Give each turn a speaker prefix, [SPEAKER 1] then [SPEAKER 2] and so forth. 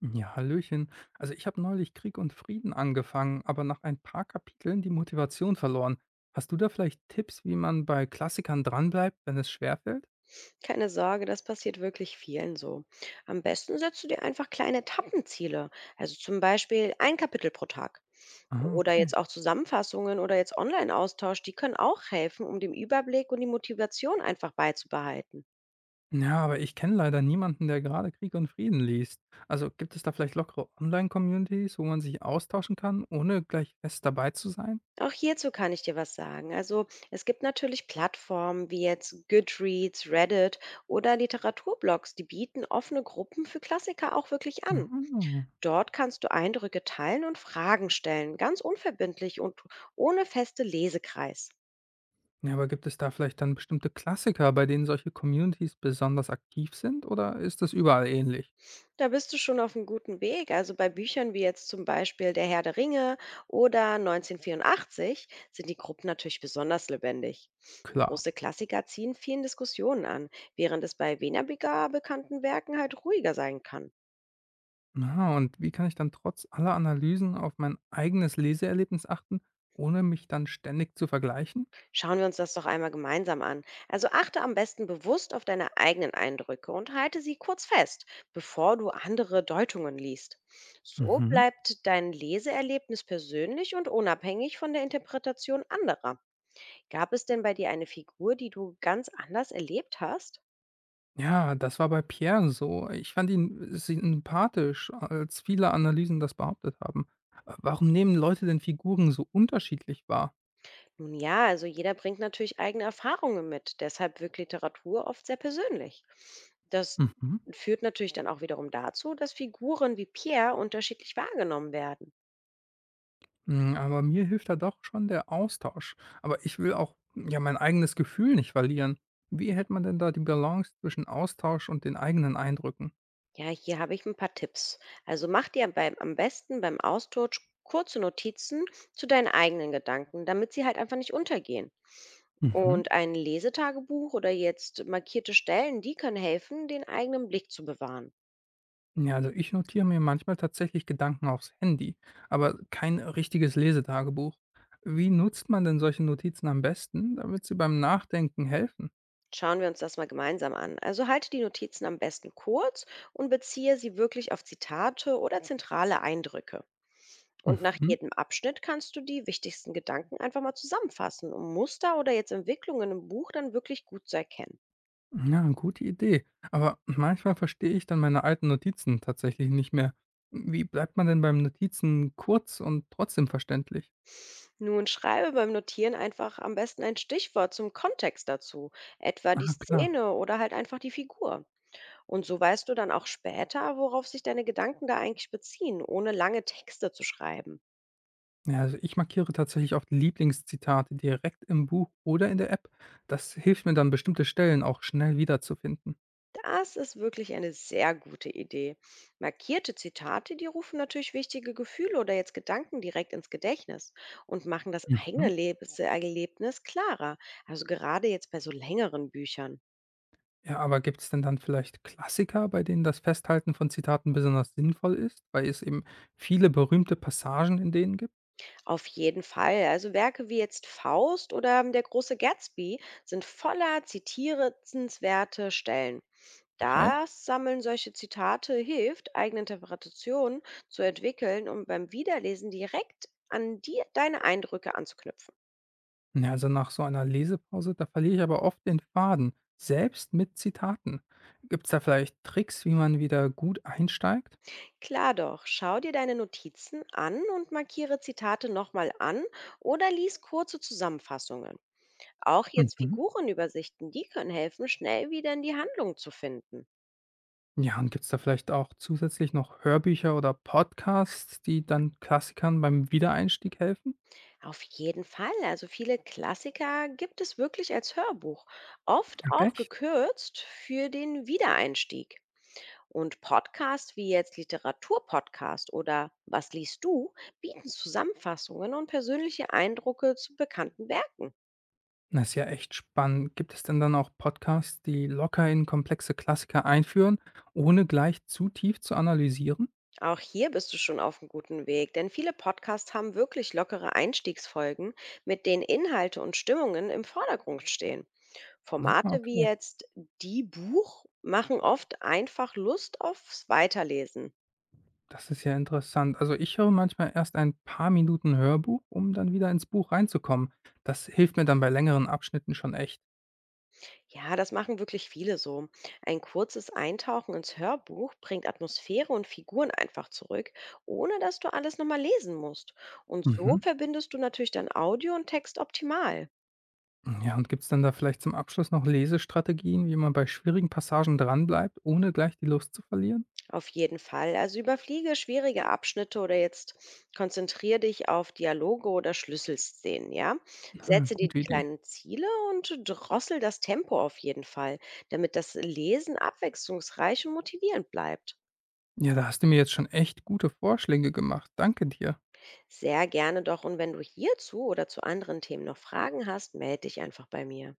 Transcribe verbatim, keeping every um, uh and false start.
[SPEAKER 1] Ja, hallöchen. Also ich habe neulich Krieg und Frieden angefangen, aber nach ein paar Kapiteln die Motivation verloren. Hast du da vielleicht Tipps, wie man bei Klassikern dranbleibt, wenn es schwerfällt?
[SPEAKER 2] Keine Sorge, das passiert wirklich vielen so. Am besten setzt du dir einfach kleine Etappenziele, also zum Beispiel ein Kapitel pro Tag.
[SPEAKER 1] Ah,
[SPEAKER 2] Oder
[SPEAKER 1] okay.
[SPEAKER 2] jetzt auch Zusammenfassungen oder jetzt Online-Austausch, die können auch helfen, um den Überblick und die Motivation einfach beizubehalten.
[SPEAKER 1] Ja, aber ich kenne leider niemanden, der gerade Krieg und Frieden liest. Also gibt es da vielleicht lockere Online-Communities, wo man sich austauschen kann, ohne gleich fest dabei zu sein?
[SPEAKER 2] Auch hierzu kann ich dir was sagen. Also es gibt natürlich Plattformen wie jetzt Goodreads, Reddit oder Literaturblogs, die bieten offene Gruppen für Klassiker auch wirklich an.
[SPEAKER 1] Mhm.
[SPEAKER 2] Dort kannst du Eindrücke teilen und Fragen stellen, ganz unverbindlich und ohne feste Lesekreis.
[SPEAKER 1] Ja, aber gibt es da vielleicht dann bestimmte Klassiker, bei denen solche Communities besonders aktiv sind, oder ist das überall ähnlich?
[SPEAKER 2] Da bist du schon auf einem guten Weg. Also bei Büchern wie jetzt zum Beispiel Der Herr der Ringe oder neunzehnhundertvierundachtzig sind die Gruppen natürlich besonders lebendig.
[SPEAKER 1] Klar.
[SPEAKER 2] Große Klassiker ziehen vielen Diskussionen an, während es bei weniger bekannten Werken halt ruhiger sein kann.
[SPEAKER 1] Aha, und wie kann ich dann trotz aller Analysen auf mein eigenes Leseerlebnis achten, ohne mich dann ständig zu vergleichen?
[SPEAKER 2] Schauen wir uns das doch einmal gemeinsam an. Also achte am besten bewusst auf deine eigenen Eindrücke und halte sie kurz fest, bevor du andere Deutungen liest. So
[SPEAKER 1] Mhm.
[SPEAKER 2] bleibt dein Leseerlebnis persönlich und unabhängig von der Interpretation anderer. Gab es denn bei dir eine Figur, die du ganz anders erlebt hast?
[SPEAKER 1] Ja, das war bei Pierre so. Ich fand ihn sympathisch, als viele Analysen das behauptet haben. Äh, Warum nehmen Leute denn Figuren so unterschiedlich wahr?
[SPEAKER 2] Nun ja, also jeder bringt natürlich eigene Erfahrungen mit. Deshalb wirkt Literatur oft sehr persönlich. Das
[SPEAKER 1] Mhm.
[SPEAKER 2] führt natürlich dann auch wiederum dazu, dass Figuren wie Pierre unterschiedlich wahrgenommen werden.
[SPEAKER 1] Hm, aber mir hilft da doch schon der Austausch. Aber ich will auch ja mein eigenes Gefühl nicht verlieren. Wie hält man denn da die Balance zwischen Austausch und den eigenen Eindrücken?
[SPEAKER 2] Ja, hier habe ich ein paar Tipps. Also, mach dir beim am besten beim Austausch kurze Notizen zu deinen eigenen Gedanken, damit sie halt einfach nicht untergehen.
[SPEAKER 1] Mhm.
[SPEAKER 2] Und ein Lesetagebuch oder jetzt markierte Stellen, die können helfen, den eigenen Blick zu bewahren.
[SPEAKER 1] Ja, also ich notiere mir manchmal tatsächlich Gedanken aufs Handy, aber kein richtiges Lesetagebuch. Wie nutzt man denn solche Notizen am besten, damit sie beim Nachdenken helfen?
[SPEAKER 2] Schauen wir uns das mal gemeinsam an. Also, halte die Notizen am besten kurz und beziehe sie wirklich auf Zitate oder zentrale Eindrücke. Und nach
[SPEAKER 1] Mhm.
[SPEAKER 2] jedem Abschnitt kannst du die wichtigsten Gedanken einfach mal zusammenfassen, um Muster oder jetzt Entwicklungen im Buch dann wirklich gut zu erkennen.
[SPEAKER 1] Ja, gute Idee. Aber manchmal verstehe ich dann meine alten Notizen tatsächlich nicht mehr. Wie bleibt man denn beim Notizen kurz und trotzdem verständlich?
[SPEAKER 2] Nun schreibe beim Notieren einfach am besten ein Stichwort zum Kontext dazu, etwa die
[SPEAKER 1] Ah, klar.
[SPEAKER 2] Szene oder halt einfach die Figur. Und so weißt du dann auch später, worauf sich deine Gedanken da eigentlich beziehen, ohne lange Texte zu schreiben.
[SPEAKER 1] Ja, also ich markiere tatsächlich oft Lieblingszitate direkt im Buch oder in der App. Das hilft mir dann, bestimmte Stellen auch schnell wiederzufinden.
[SPEAKER 2] Das ist wirklich eine sehr gute Idee. Markierte Zitate, die rufen natürlich wichtige Gefühle oder jetzt Gedanken direkt ins Gedächtnis und machen das eigene
[SPEAKER 1] Mhm.
[SPEAKER 2] Lebenserlebnis klarer. Also gerade jetzt bei so längeren Büchern.
[SPEAKER 1] Ja, aber gibt's denn dann vielleicht Klassiker, bei denen das Festhalten von Zitaten besonders sinnvoll ist, weil es eben viele berühmte Passagen in denen gibt?
[SPEAKER 2] Auf jeden Fall. Also Werke wie jetzt Faust oder ähm, Der große Gatsby sind voller zitierenswerte Stellen.
[SPEAKER 1] Ach echt?
[SPEAKER 2] Das Sammeln solche Zitate hilft, eigene Interpretationen zu entwickeln und beim Wiederlesen direkt an die, deine Eindrücke anzuknüpfen.
[SPEAKER 1] Ja, also nach so einer Lesepause, da verliere ich aber oft den Faden, selbst mit Zitaten. Gibt's da vielleicht Tricks, wie man wieder gut einsteigt?
[SPEAKER 2] Klar doch, schau dir deine Notizen an und markiere Zitate nochmal an oder lies kurze Zusammenfassungen. Auch jetzt
[SPEAKER 1] Mhm.
[SPEAKER 2] Figurenübersichten, die können helfen, schnell wieder in die Handlung zu finden.
[SPEAKER 1] Ja, und gibt's da vielleicht auch zusätzlich noch Hörbücher oder Podcasts, die dann Klassikern beim Wiedereinstieg helfen?
[SPEAKER 2] Auf jeden Fall. Also viele Klassiker gibt es wirklich als Hörbuch, oft
[SPEAKER 1] Okay.
[SPEAKER 2] auch gekürzt für den Wiedereinstieg. Und Podcasts wie jetzt Literaturpodcast oder Was liest du bieten Zusammenfassungen und persönliche Eindrücke zu bekannten Werken.
[SPEAKER 1] Na, ist ja echt spannend. Gibt es denn dann auch Podcasts, die locker in komplexe Klassiker einführen, ohne gleich zu tief zu analysieren?
[SPEAKER 2] Auch hier bist du schon auf einem guten Weg, denn viele Podcasts haben wirklich lockere Einstiegsfolgen, mit denen Inhalte und Stimmungen im Vordergrund stehen.
[SPEAKER 1] Ah,
[SPEAKER 2] Formate wie
[SPEAKER 1] okay.
[SPEAKER 2] jetzt „Die Buch" machen oft einfach Lust aufs Weiterlesen.
[SPEAKER 1] Das ist ja interessant. Also ich höre manchmal erst ein paar Minuten Hörbuch, um dann wieder ins Buch reinzukommen. Das hilft mir dann bei längeren Abschnitten schon echt.
[SPEAKER 2] Ja, das machen wirklich viele so. Ein kurzes Eintauchen ins Hörbuch bringt Atmosphäre und Figuren einfach zurück, ohne dass du alles nochmal lesen musst. Und so
[SPEAKER 1] Mhm.
[SPEAKER 2] verbindest du natürlich dann Audio und Text optimal.
[SPEAKER 1] Ja, und gibt es dann da vielleicht zum Abschluss noch Lesestrategien, wie man bei schwierigen Passagen dranbleibt, ohne gleich die Lust zu verlieren?
[SPEAKER 2] Auf jeden Fall. Also überfliege schwierige Abschnitte oder jetzt konzentriere dich auf Dialoge oder Schlüsselszenen, ja?
[SPEAKER 1] Ah,
[SPEAKER 2] Setze dir
[SPEAKER 1] gute
[SPEAKER 2] die
[SPEAKER 1] Idee.
[SPEAKER 2] kleinen Ziele und drossel das Tempo auf jeden Fall, damit das Lesen abwechslungsreich und motivierend bleibt.
[SPEAKER 1] Ja, da hast du mir jetzt schon echt gute Vorschläge gemacht. Danke dir.
[SPEAKER 2] Sehr gerne doch. Und wenn du hierzu oder zu anderen Themen noch Fragen hast, melde dich einfach bei mir.